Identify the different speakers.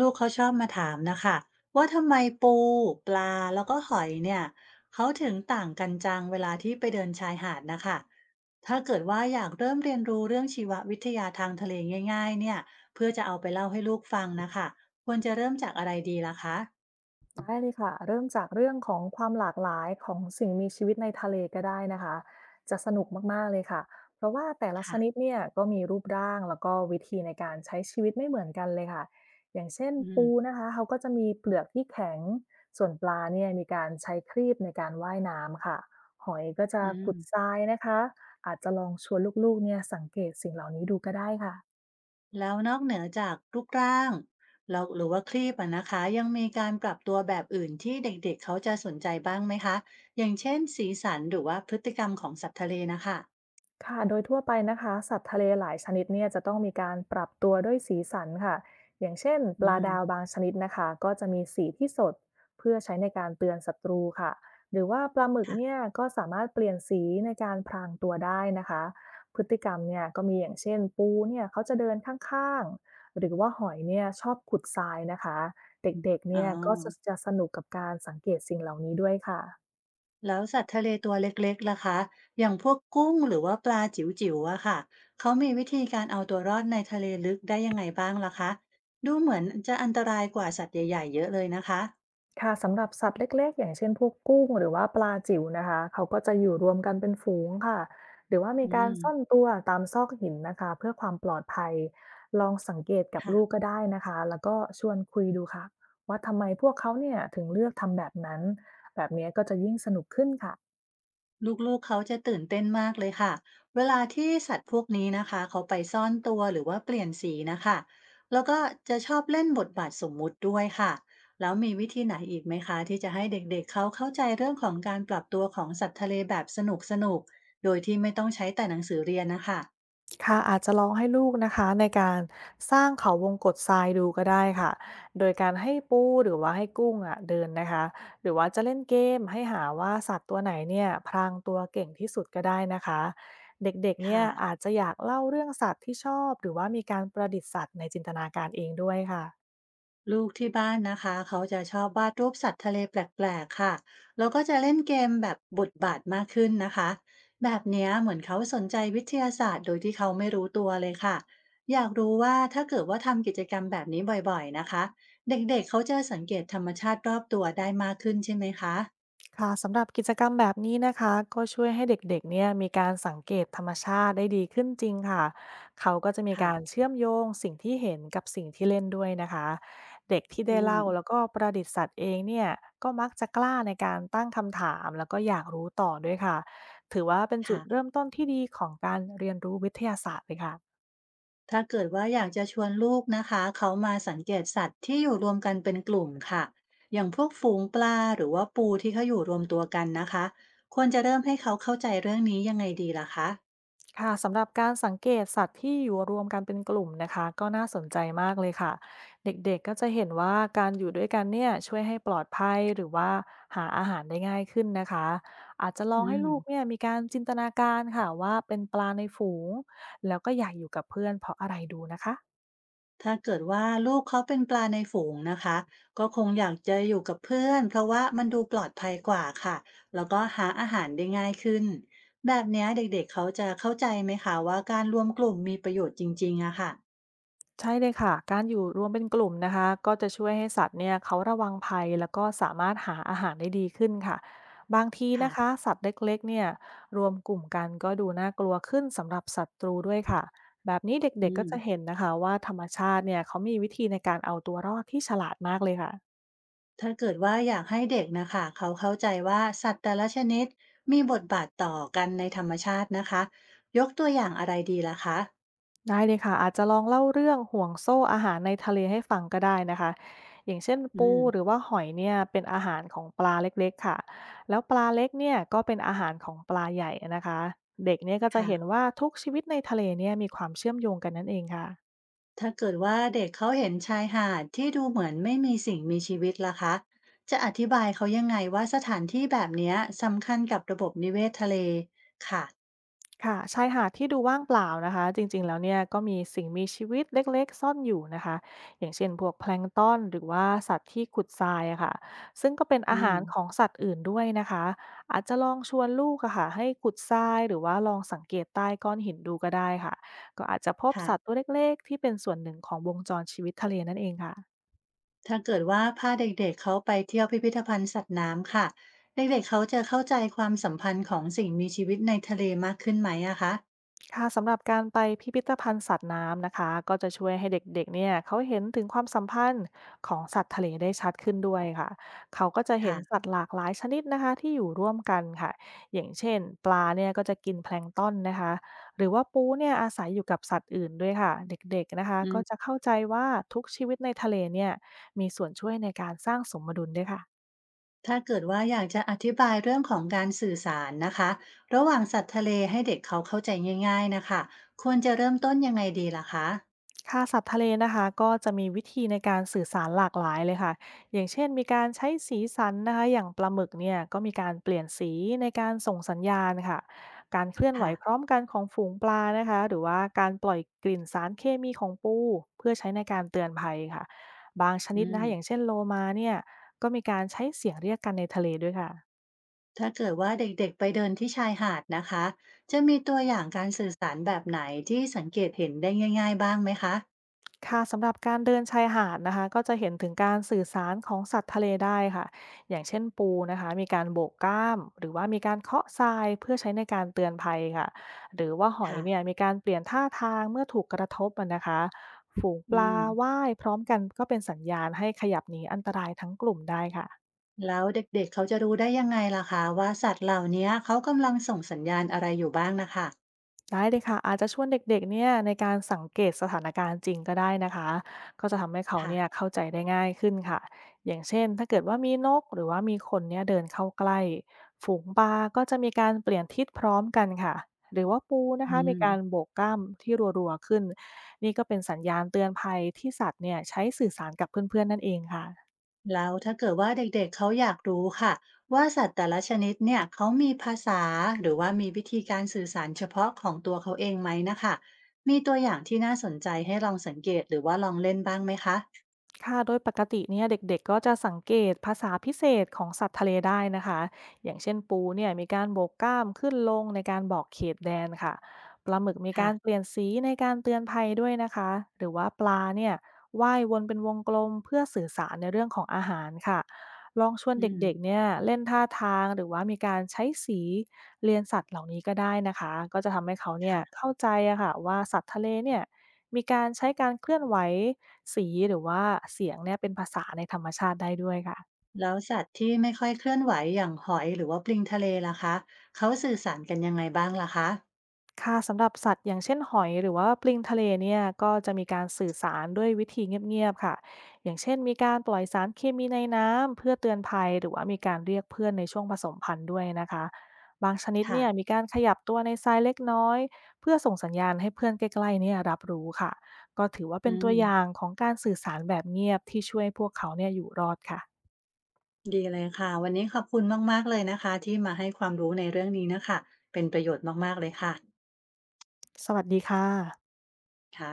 Speaker 1: ลูกๆเขาชอบมาถามนะคะว่าทำไมปูปลาแล้วก็หอยเนี่ยเขาถึงต่างกันจังเวลาที่ไปเดินชายหาดนะคะถ้าเกิดว่าอยากเริ่มเรียนรู้เรื่องชีววิทยาทางทะเลง่ายๆเนี่ยเพื่อจะเอาไปเล่าให้ลูกฟังนะคะควรจะเริ่มจากอะไรดีล่ะคะ
Speaker 2: ได้เลยค่ะเริ่มจากเรื่องของความหลากหลายของสิ่งมีชีวิตในทะเลก็ได้นะคะจะสนุกมากๆเลยค่ะเพราะว่าแต่ละชนิด
Speaker 1: ค่ะ
Speaker 2: เนี่ยก็มีรูปร่างแล้วก็วิธีในการใช้ชีวิตไม่เหมือนกันเลยค่ะอย่างเช่น
Speaker 1: อืม
Speaker 2: ปูนะคะเขาก็จะมีเปลือกที่แข็งส่วนปลาเนี่ยมีการใช้ครีบในการว่ายน้ำค่ะหอยก็จะ
Speaker 1: อื
Speaker 2: ขุดท
Speaker 1: ม
Speaker 2: รายนะคะอาจจะลองชวนลูกๆเนี่ยสังเกตสิ่งเหล่านี้ดูก็ได้ค่ะ
Speaker 1: แล้วนอกเหนือจากรูปร่างเราหรือว่าคลีปอะนะคะยังมีการปรับตัวแบบอื่นที่เด็กๆเขาจะสนใจบ้างไหมคะอย่างเช่นสีสันหรือว่าพฤติกรรมของสัตว์ทะเลนะคะ
Speaker 2: ค่ะโดยทั่วไปนะคะสัตว์ทะเลหลายชนิดเนี่ยจะต้องมีการปรับตัวด้วยสีสันค่ะอย่างเช่นป
Speaker 1: อื
Speaker 2: ลา
Speaker 1: ม
Speaker 2: ดาวบางชนิดนะคะก็จะมีสีที่สดเพื่อใช้ในการเตือนศัตรูค่ะหรือว่าปลาหมึกเนี่ย
Speaker 1: ค่ะ
Speaker 2: ก็สามารถเปลี่ยนสีในการพรางตัวได้นะคะพฤติกรรมเนี่ยก็มีอย่างเช่นปูเนี่ยเขาจะเดินข้างๆหรือว่าหอยเนี่ยชอบขุดทรายนะคะเด็กๆ
Speaker 1: อ๋อ
Speaker 2: เนี่ยก็จะสนุกกับการสังเกตสิ่งเหล่านี้ด้วยค่ะ
Speaker 1: แล้วสัตว์ทะเลตัวเล็กๆล่ะคะอย่างพวกกุ้งหรือว่าปลาจิ๋วๆอะค่ะเขามีวิธีการเอาตัวรอดในทะเลลึกได้ยังไงบ้างล่ะคะดูเหมือนจะอันตรายกว่าสัตว์ใหญ่ๆเยอะเลยนะคะ
Speaker 2: ค่ะสำหรับสัตว์เล็กๆอย่างเช่นพวกกุ้งหรือว่าปลาจิ๋วนะคะเขาก็จะอยู่รวมกันเป็นฝูงค่ะหรือว่ามี
Speaker 1: อื
Speaker 2: การ
Speaker 1: ม
Speaker 2: ซ่อนตัวตามซอกหินนะคะเพื่อความปลอดภัยลองสังเกตกับ
Speaker 1: ค่ะ
Speaker 2: ลูกก็ได้นะคะแล้วก็ชวนคุยดูค่ะว่าทำไมพวกเขาเนี่ยถึงเลือกทำแบบนั้นแบบนี้ค่ะ
Speaker 1: ลูกๆ เขาจะตื่นเต้นมากเลยค่ะ เวลาที่สัตว์พวกนี้นะคะเขาไปซ่อนตัวหรือว่าเปลี่ยนสีนะคะ แล้วก็จะชอบเล่นบทบาทสมมุติด้วยค่ะ แล้วมีวิธีไหนอีกไหมคะที่จะให้เด็กๆ เขาเข้าใจเรื่องของการปรับตัวของสัตว์ทะเลแบบสนุกๆโดยที่ไม่ต้องใช้แต่หนังสือเรียนนะคะ
Speaker 2: ค่ะอาจจะลองให้ลูกนะคะในการสร้างเขาวงกตทรายดูก็ได้ค่ะโดยการให้ปูหรือว่าให้กุ้งอ่ะเดินนะคะหรือว่าจะเล่นเกมให้หาว่าสัตว์ตัวไหนเนี่ยพรางตัวเก่งที่สุดก็ได้นะคะเด็กๆเนี่ย
Speaker 1: ค่ะ
Speaker 2: อาจจะอยากเล่าเรื่องสัตว์ที่ชอบหรือว่ามีการประดิษฐ์สัตว์ในจินตนาการเองด้วยค่ะ
Speaker 1: ลูกที่บ้านนะคะเขาจะชอบวาดรูปสัตว์ทะเลแปลกๆค่ะแล้วก็จะเล่นเกมแบบบทบาทมากขึ้นนะคะแบบเนี้ยเหมือนเขาสนใจวิทยาศาสตร์โดยที่เขาไม่รู้ตัวเลยค่ะอยากรู้ว่าถ้าเกิดว่าทำกิจกรรมแบบนี้บ่อยๆนะคะเด็กๆเขาจะสังเกตธรรมชาติรอบตัวได้มากขึ้นใช่ไหมคะ
Speaker 2: ค่ะสำหรับกิจกรรมแบบนี้นะคะก็ช่วยให้เด็กๆเนี่ยมีการสังเกตธรรมชาติได้ดีขึ้นจริงค่ะเขาก็จะมี
Speaker 1: ค่ะ
Speaker 2: การเชื่อมโยงสิ่งที่เห็นกับสิ่งที่เล่นด้วยนะคะเด็กที่
Speaker 1: อื
Speaker 2: ได้
Speaker 1: ม
Speaker 2: เล่าแล้วก็ประดิษฐ์สัตว์เองเนี่ยก็มักจะกล้าในการตั้งคำถามแล้วก็อยากรู้ต่อด้วยค่ะถือว่าเป็นจุด
Speaker 1: ค่ะ
Speaker 2: เริ่มต้นที่ดีของการเรียนรู้วิทยาศาสตร์เลยค่ะ
Speaker 1: ถ้าเกิดว่าอยากจะชวนลูกนะคะเขามาสังเกตสัตว์ที่อยู่รวมกันเป็นกลุ่มค่ะอย่างพวกฝูงปลาหรือว่าปูที่เขาอยู่รวมตัวกันนะคะควรจะเริ่มให้เขาเข้าใจเรื่องนี้ยังไงดีล่ะคะ
Speaker 2: ค่ะสำหรับการสังเกตสัตว์ที่อยู่รวมกันเป็นกลุ่มนะคะก็น่าสนใจมากเลยค่ะเด็กๆก็จะเห็นว่าการอยู่ด้วยกันเนี่ยช่วยให้ปลอดภัยหรือว่าหาอาหารได้ง่ายขึ้นนะคะอาจจะลอ
Speaker 1: อื
Speaker 2: งให้
Speaker 1: ม
Speaker 2: ลูกเนี่ยมีการจินตนาการค่ะว่าเป็นปลาในฝูงแล้วก็อยากอยู่กับเพื่อนเพราะอะไรดูนะคะ
Speaker 1: ถ้าเกิดว่าลูกเขาเป็นปลาในฝูงนะคะก็คงอยากจะอยู่กับเพื่อนเพราะว่ามันดูปลอดภัยกว่าค่ะแล้วก็หาอาหารได้ง่ายขึ้นแบบเนี้ยเด็กๆเขาจะเข้าใจไหมคะว่าการรวมกลุ่มมีประโยชน์จริงๆอะค่ะ
Speaker 2: ใช่เลยค่ะการอยู่รวมเป็นกลุ่มนะคะก็จะช่วยให้สัตว์เนี่ยเขาระวังภัยแล้วก็สามารถหาอาหารได้ดีขึ้นค่ะบางทีนะคะ
Speaker 1: ค่ะ
Speaker 2: สัตว์เล็กๆเนี่ยรวมกลุ่มกันก็ดูน่ากลัวขึ้นสำหรับศัตรูด้วยค่ะแบบนี้
Speaker 1: อื
Speaker 2: เด็กๆก็จะเห็
Speaker 1: ม
Speaker 2: นนะคะว่าธรรมชาติเนี่ยเขามีวิธีในการเอาตัวรอดที่ฉลาดมากเลยค่ะ
Speaker 1: ถ้าเกิดว่าอยากให้เด็กนะคะเขาเข้าใจว่าสัตว์แต่ละชนิดมีบทบาทต่อกันในธรรมชาตินะคะยกตัวอย่างอะไรดีล่ะคะ
Speaker 2: ได้เลยค่ะอาจจะลองเล่าเรื่องห่วงโซ่อาหารในทะเลให้ฟังก็ได้นะคะอย่างเช่น
Speaker 1: อื
Speaker 2: ปูหรือ
Speaker 1: ม
Speaker 2: ว่าหอยเนี่ยเป็นอาหารของปลาเล็กๆค่ะแล้วปลาเล็กเนี่ยก็เป็นอาหารของปลาใหญ่นะคะเด็กเนี่ยก็จะเห็น
Speaker 1: ค่ะ
Speaker 2: ว่าทุกชีวิตในทะเลเนี่ยมีความเชื่อมโยงกันนั่นเองค่ะ
Speaker 1: ถ้าเกิดว่าเด็กเขาเห็นชายหาดที่ดูเหมือนไม่มีสิ่งมีชีวิตล่ะคะจะอธิบายเขายังไงว่าสถานที่แบบเนี้ยสำคัญกับระบบนิเวศทะเลค่ะ
Speaker 2: ค่ะชายหาดที่ดูว่างเปล่านะคะจริงๆแล้วเนี่ยก็มีสิ่งมีชีวิตเล็กๆซ่อนอยู่นะคะอย่างเช่นพวกแพลงก์ตอนหรือว่าสัตว์ที่ขุดทรายอะค่ะซึ่งก็เป็น
Speaker 1: อื
Speaker 2: อาหารของ
Speaker 1: ม
Speaker 2: สัตว์อื่นด้วยนะคะอาจจะลองชวนลูกอะค่ะให้ขุดทรายหรือว่าลองสังเกตใต้ก้อนหินดูก็ได้ค่ะก็อาจจะพบ
Speaker 1: ค่ะ
Speaker 2: สัตว์ตัวเล็กๆที่เป็นส่วนหนึ่งของวงจรชีวิตทะเลนั่นเองค่ะ
Speaker 1: ถ้าเกิดว่าพาเด็กๆเขาไปเที่ยวพิพิธภัณฑ์สัตว์น้ำค่ะเด็กๆเขาจะเข้าใจความสัมพันธ์ของสิ่งมีชีวิตในทะเลมากขึ้นไหมอะคะ
Speaker 2: ค่ะสำหรับการไปพิพิธภัณฑ์สัตว์น้ำนะคะก็จะช่วยให้เด็กๆเนี่ยเขาเห็นถึงความสัมพันธ์ของสัตว์ทะเลได้ชัดขึ้นด้วยค่ะเขาก็จะเห็นสั
Speaker 1: ค่ะ
Speaker 2: ตว์หลากหลายชนิดนะคะที่อยู่ร่วมกันค่ะอย่างเช่นปลาเนี่ยก็จะกินแพลงก์ต้นนะคะหรือว่าปูเนี่ยอาศัยอยู่กับสัตว์อื่นด้วยค่ะเด็กๆนะคะก็จะเข้าใจว่าทุกชีวิตในทะเลเนี่ยมีส่วนช่วยในการสร้างสมดุลด้วยค่ะ
Speaker 1: ถ้าเกิดว่าอยากจะอธิบายเรื่องของการสื่อสารนะคะระหว่างสัตว์ทะเลให้เด็กเขาเข้าใจง่ายๆนะคะควรจะเริ่มต้นยังไงดีล่ะคะ
Speaker 2: ค่ะสัตว์ทะเลนะคะก็จะมีวิธีในการสื่อสารหลากหลายเลยค่ะอย่างเช่นมีการใช้สีสันนะคะอย่างปลาหมึกเนี่ยก็มีการเปลี่ยนสีในการส่งสัญญาณค่ะการเคลื่อนไหว
Speaker 1: ค่ะ
Speaker 2: พร้อมกันของฝูงปลานะคะหรือว่าการปล่อยกลิ่นสารเคมีของปูเพื่อใช้ในการเตือนภัยค่ะบางชนิ
Speaker 1: อื
Speaker 2: ดนะ
Speaker 1: ม
Speaker 2: คะอย่างเช่นโลมาเนี่ยก็มีการใช้เสียงเรียกกันในทะเลด้วยค่ะ
Speaker 1: ถ้าเกิดว่าเด็กๆไปเดินที่ชายหาดนะคะจะมีตัวอย่างการสื่อสารแบบไหนที่สังเกตเห็นได้ง่ายๆบ้างไหมคะ
Speaker 2: ค่ะสำหรับการเดินชายหาดนะคะก็จะเห็นถึงการสื่อสารของสัตว์ทะเลได้ค่ะอย่างเช่นปูนะคะมีการโบกกล้ามหรือว่ามีการเคาะทรายเพื่อใช้ในการเตือนภัยค่ะหรือว่าหอย
Speaker 1: ค่ะ
Speaker 2: เนี่ยมีการเปลี่ยนท่าทางเมื่อถูกกระทบอะนะคะฝูงป
Speaker 1: อื
Speaker 2: ลา
Speaker 1: ม
Speaker 2: ว่ายพร้อมกันก็เป็นสัญญาณให้ขยับหนีอันตรายทั้งกลุ่มได้ค่ะ
Speaker 1: แล้วเด็กๆเขาจะรู้ได้ยังไงล่ะคะว่าสัตว์เหล่านี้เขากำลังส่งสัญญาณอะไรอยู่บ้างนะคะ
Speaker 2: ได้เลยค่ะอาจจะชวนเด็กๆเนี่ยในการสังเกตสถานการณ์จริงก็ได้นะคะก็จะทำให้เขาเนี่ย
Speaker 1: ค่ะ
Speaker 2: เข้าใจได้ง่ายขึ้นค่ะอย่างเช่นถ้าเกิดว่ามีนกหรือว่ามีคนเนี่ยเดินเข้าใกล้ฝูงปลาก็จะมีการเปลี่ยนทิศพร้อมกันค่ะหรือว่าปูนะ
Speaker 1: อื
Speaker 2: คะมี
Speaker 1: ม
Speaker 2: การโบกกล้ามที่รัวๆขึ้นนี่ก็เป็นสัญญาณเตือนภัยที่สัตว์เนี่ยใช้สื่อสารกับเพื่อนๆนั่นเองค่ะ
Speaker 1: แล้วถ้าเกิดว่าเด็กๆเขาอยากรู้ค่ะว่าสัตว์แต่ละชนิดเนี่ยเขามีภาษาหรือว่ามีวิธีการสื่อสารเฉพาะของตัวเขาเองไหมนะคะมีตัวอย่างที่น่าสนใจให้ลองสังเกตหรือว่าลองเล่นบ้างไหมคะ
Speaker 2: ค่ะโดยปกติเนี่ยเด็กๆก็จะสังเกตภาษาพิเศษของสัตว์ทะเลได้นะคะ อย่างเช่นปูเนี่ยมีการโบกกล้ามขึ้นลงในการบอกเขตแดนค่ะปลาหมึกมีกา
Speaker 1: ค่ะ
Speaker 2: รเปลี่ยนสีในการเตือนภัยด้วยนะคะ หรือว่าปลาเนี่ยว่ายวนเป็นวงกลมเพื่อสื่อสารในเรื่องของอาหารค่ะ ลองชวน
Speaker 1: อื
Speaker 2: เ
Speaker 1: ม
Speaker 2: ด็กๆเนี่ยเล่นท่าทางหรือว่ามีการใช้สีเรียนสัตว์เหล่านี้ก็ได้นะคะก็จะทำให้เขาเนี่ย
Speaker 1: ค่ะ
Speaker 2: เข้าใจอะค่ะว่าสัตว์ทะเลเนี่ยมีการใช้การเคลื่อนไหวสีหรือว่าเสียงเนี่ยเป็นภาษาในธรรมชาติได้ด้วยค่ะ
Speaker 1: แล้วสัตว์ที่ไม่ค่อยเคลื่อนไหวอย่างหอยหรือว่าปลิงทะเลล่ะคะเขาสื่อสารกันยังไงบ้างล่ะคะ
Speaker 2: ค่ะสำหรับสัตว์อย่างเช่นหอยหรือว่าปลิงทะเลเนี่ยก็จะมีการสื่อสารด้วยวิธีเงียบๆค่ะอย่างเช่นมีการปล่อยสารเคมีในน้ำเพื่อเตือนภัยหรือว่ามีการเรียกเพื่อนในช่วงผสมพันธุ์ด้วยนะคะบางชนิด
Speaker 1: ค่ะ
Speaker 2: เนี่ยมีการขยับตัวในทรายเล็กน้อยเพื่อส่งสัญญาณให้เพื่อนใกล้ๆเนี่ยรับรู้ค่ะก็ถือว่าเป็น
Speaker 1: อื
Speaker 2: ตัว
Speaker 1: ม
Speaker 2: อย่างของการสื่อสารแบบเงียบที่ช่วยพวกเขาเนี่ยอยู่รอดค่ะ
Speaker 1: ดีเลยค่ะวันนี้ขอบคุณมากๆเลยนะคะที่มาให้ความรู้ในเรื่องนี้นะค่ะเป็นประโยชน์มากๆเลยค่ะ
Speaker 2: สวัสดีค่ะ
Speaker 1: ค่ะ